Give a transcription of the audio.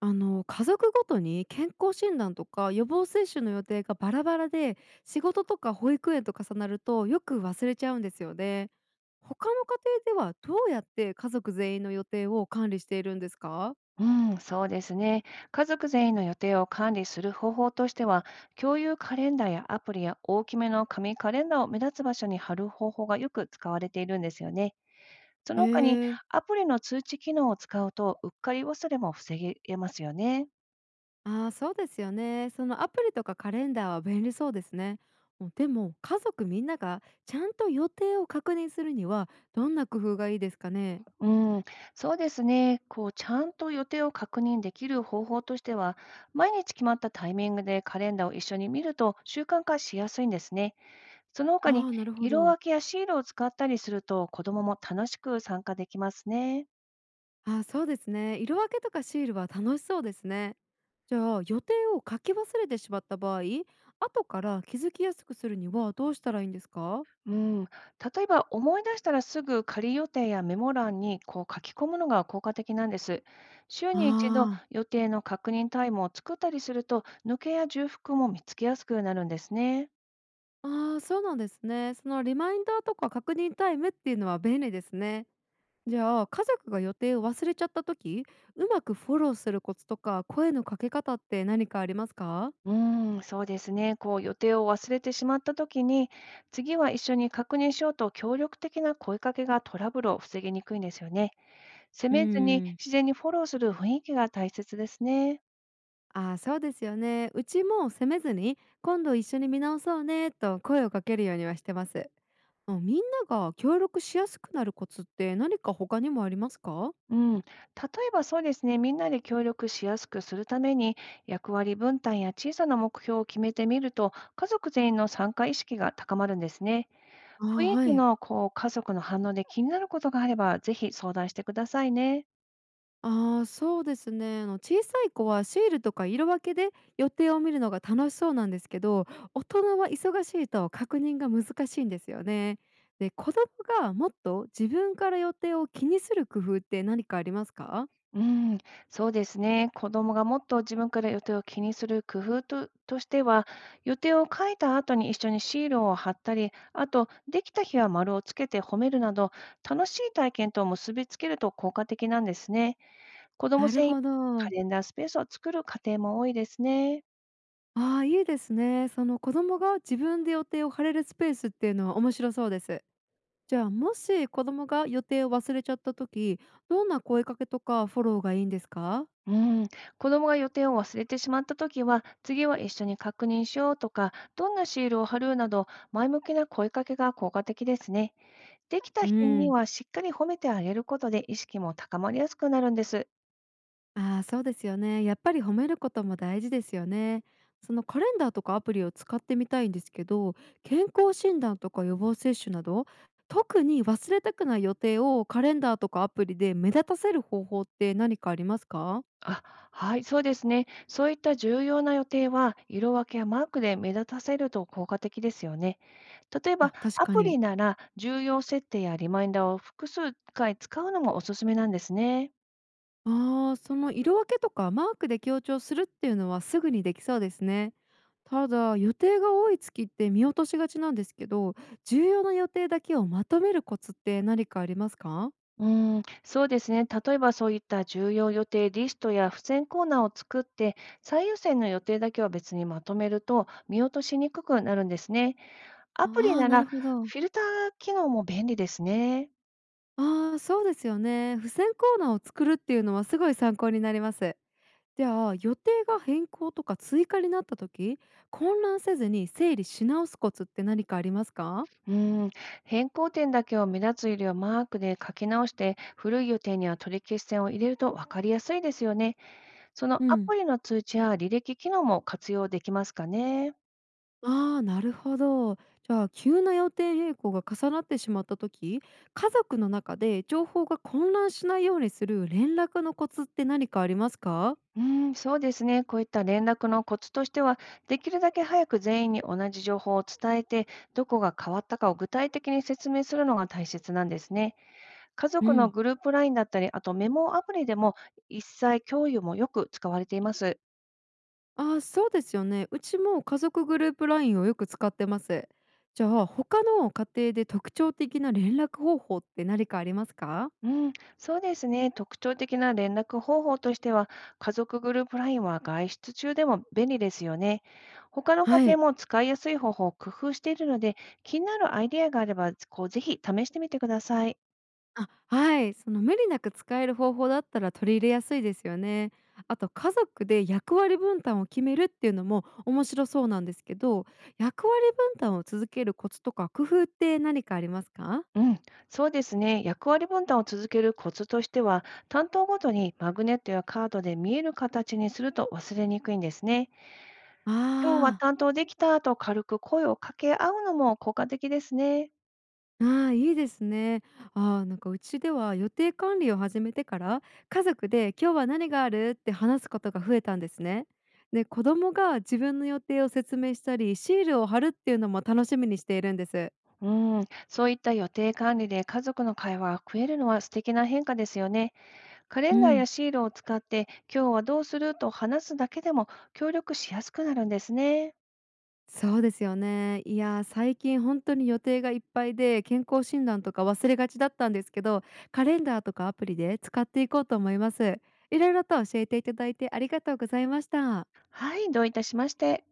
家族ごとに健康診断とか予防接種の予定がバラバラで、仕事とか保育園と重なるとよく忘れちゃうんですよね。他の家庭ではどうやって家族全員の予定を管理しているんですか？うん、そうですね。家族全員の予定を管理する方法としては、共有カレンダーやアプリや大きめの紙カレンダーを目立つ場所に貼る方法がよく使われているんですよね。そへの他に、え、アプリの通知機能を使うと、うっかり忘れも防げますよね。ああー、そうですよね。そのアプリとかカレンダーは便利そうですね。もうでも家族みんながちゃんと予定を確認するにはどんな工夫がいいですかね？うん、そうですね。こう、ちゃんと予定を確認できる方法としては、毎日決まったタイミングでカレンダーを一緒に見ると習慣化しやすいんですね。その他あに、あー、なるほ色ど。分けやシールを使ったりすると、子どもも楽しく参加できますね。あ、そうですね。色分けとかシールは楽しそうですね。じゃあ予定を書き忘れてしまった場合、後から気づきやすくするにはどうしたらいいんですか？うん、例えば思い出したらすぐ仮予定やメモ欄にこう書き込むのが効果的なんです。週に一度、あ予定の確認タイムを作ったりすると、抜けや重複も見つけやすくなるんですね。あ、ああー、そうなんですね。そのリマインダーとか確認タイムっていうのは便利ですね。じゃあ家族が予定を忘れちゃった時、うまくフォローするコツとか声のかけ方って何かありますか？うん、そうですね。こう、予定を忘れてしまった時に、次は一緒に確認しようと協力的な声かけがトラブルを防ぎにくいんですよね。責うーめずにん、自然にフォローする雰囲気が大切ですね。ああ、そうですよね。うちも責めずに今度一緒に見直そうねと声をかけるようにはしてます。あ、みんなが協力しやすくなるコツって何か他にもありますか？うん、例えばそうですね、みんなで協力しやすくするために、役割分担や小さな目標を決めてみると、家族全員の参加意識が高まるんですね。あー、雰囲は気い。のこう、家族の反応で気になることがあれば、ぜひ相談してくださいね。あー、そうですね。小さい子はシールとか色分けで予定を見るのが楽しそうなんですけど、大人は忙しいと確認が難しいんですよね。で、子供がもっと自分から予定を気にする工夫って何かありますか？うん、そうですね。子供がもっと自分から予定を気にする工夫としては、予定を書いた後に一緒にシールを貼ったり、あと、できた日は丸をつけて褒めるなど、楽しい体験と結びつけると効果的なんですね。子供なる専用のほカど。レンダースペースを作る家庭も多いですね。ああ、いいですね。その子供が自分で予定を張れるスペースっていうのは面白そうです。じゃあもし子供が予定を忘れちゃった時、どんな声かけとかフォローがいいんですか？うん、子供が予定を忘れてしまったときは、次は一緒に確認しようとか、どんなシールを貼るなど、前向きな声かけが効果的ですね。できたう日にん、はしっかり褒めてあげることで、意識も高まりやすくなるんです。ああー、そうですよね。やっぱり褒めることも大事ですよね。そのカレンダーとかアプリを使ってみたいんですけど、健康診断とか予防接種など特に忘れたくない予定をカレンダーとかアプリで目立たせる方法って何かありますか？あ、はい、そうですね。そういった重要な予定は、色分けやマークで目立たせると効果的ですよね。例えば、あ、確アかプリに。なら重要設定やリマインダーを複数回使うのもおすすめなんですね。ああ、その色分けとかマークで強調するっていうのはすぐにできそうですね。ただ予定が多い月って見落としがちなんですけど、重要な予定だけをまとめるコツって何かありますか？うーん、そうですね。例えば、そういった重要予定リストや付箋コーナーを作って、最優先の予定だけは別にまとめると見落としにくくなるんですね。アプリああー、ななら、るほど。フィルター機能も便利ですね。ああ、そうですよね。付箋コーナーを作るっていうのはすごい参考になります。じゃあ予定が変更とか追加になった時、混乱せずに整理し直すコツって何かありますか？うん、変更点だけを目立つよりはマークで書き直して、古い予定には取り消し線を入れると分かりやすいですよね。そのうアん、プリの通知や履歴機能も活用できますかね。ああ、なるほど。じゃあ急な予定変更が重なってしまった時、家族の中で情報が混乱しないようにする連絡のコツって何かありますか？うん、そうですね。こういった連絡のコツとしては、できるだけ早く全員に同じ情報を伝えて、どこが変わったかを具体的に説明するのが大切なんですね。家う族のん、グループラインだったり、あとメモアプリでも一切共有もよく使われています。ああ、そうですよね。うちも家族グループラインをよく使ってます。じゃあ他の家庭で特徴的な連絡方法って何かありますか？うん、そうですね。特徴的な連絡方法としては、家族グループラインは外出中でも便利ですよね。他の家は庭い。も使いやすい方法を工夫しているので、気になるアイデアがあれば、こうぜひ試してみてください。あ、はい。その無理なく使える方法だったら取り入れやすいですよね。あと家族で役割分担を決めるっていうのも面白そうなんですけど、役割分担を続けるコツとか工夫って何かありますか？うん、そうですね。役割分担を続けるコツとしては、担当ごとにマグネットやカードで見える形にすると忘れにくいんですね。今日はああ、担当できたと軽く声を掛け合うのも効果的ですね。ああ、いいですね。ああ、なんかうちでは予定管理を始めてから家族で今日は何があるって話すことが増えたんですね。で、子供が自分の予定を説明したり、シールを貼るっていうのも楽しみにしているんです。うん、そういった予定管理で家族の会話が増えるのは素敵な変化ですよね。カレうンダーやん。シールを使って、今日はどうすると話すだけでも協力しやすくなるんですね。そうですよね。いやー、最近本当に予定がいっぱいで、健康診断とか忘れがちだったんですけど、カレンダーとかアプリで使っていこうと思います。いろいろと教えていただいてありがとうございました。はい、どういたしまして。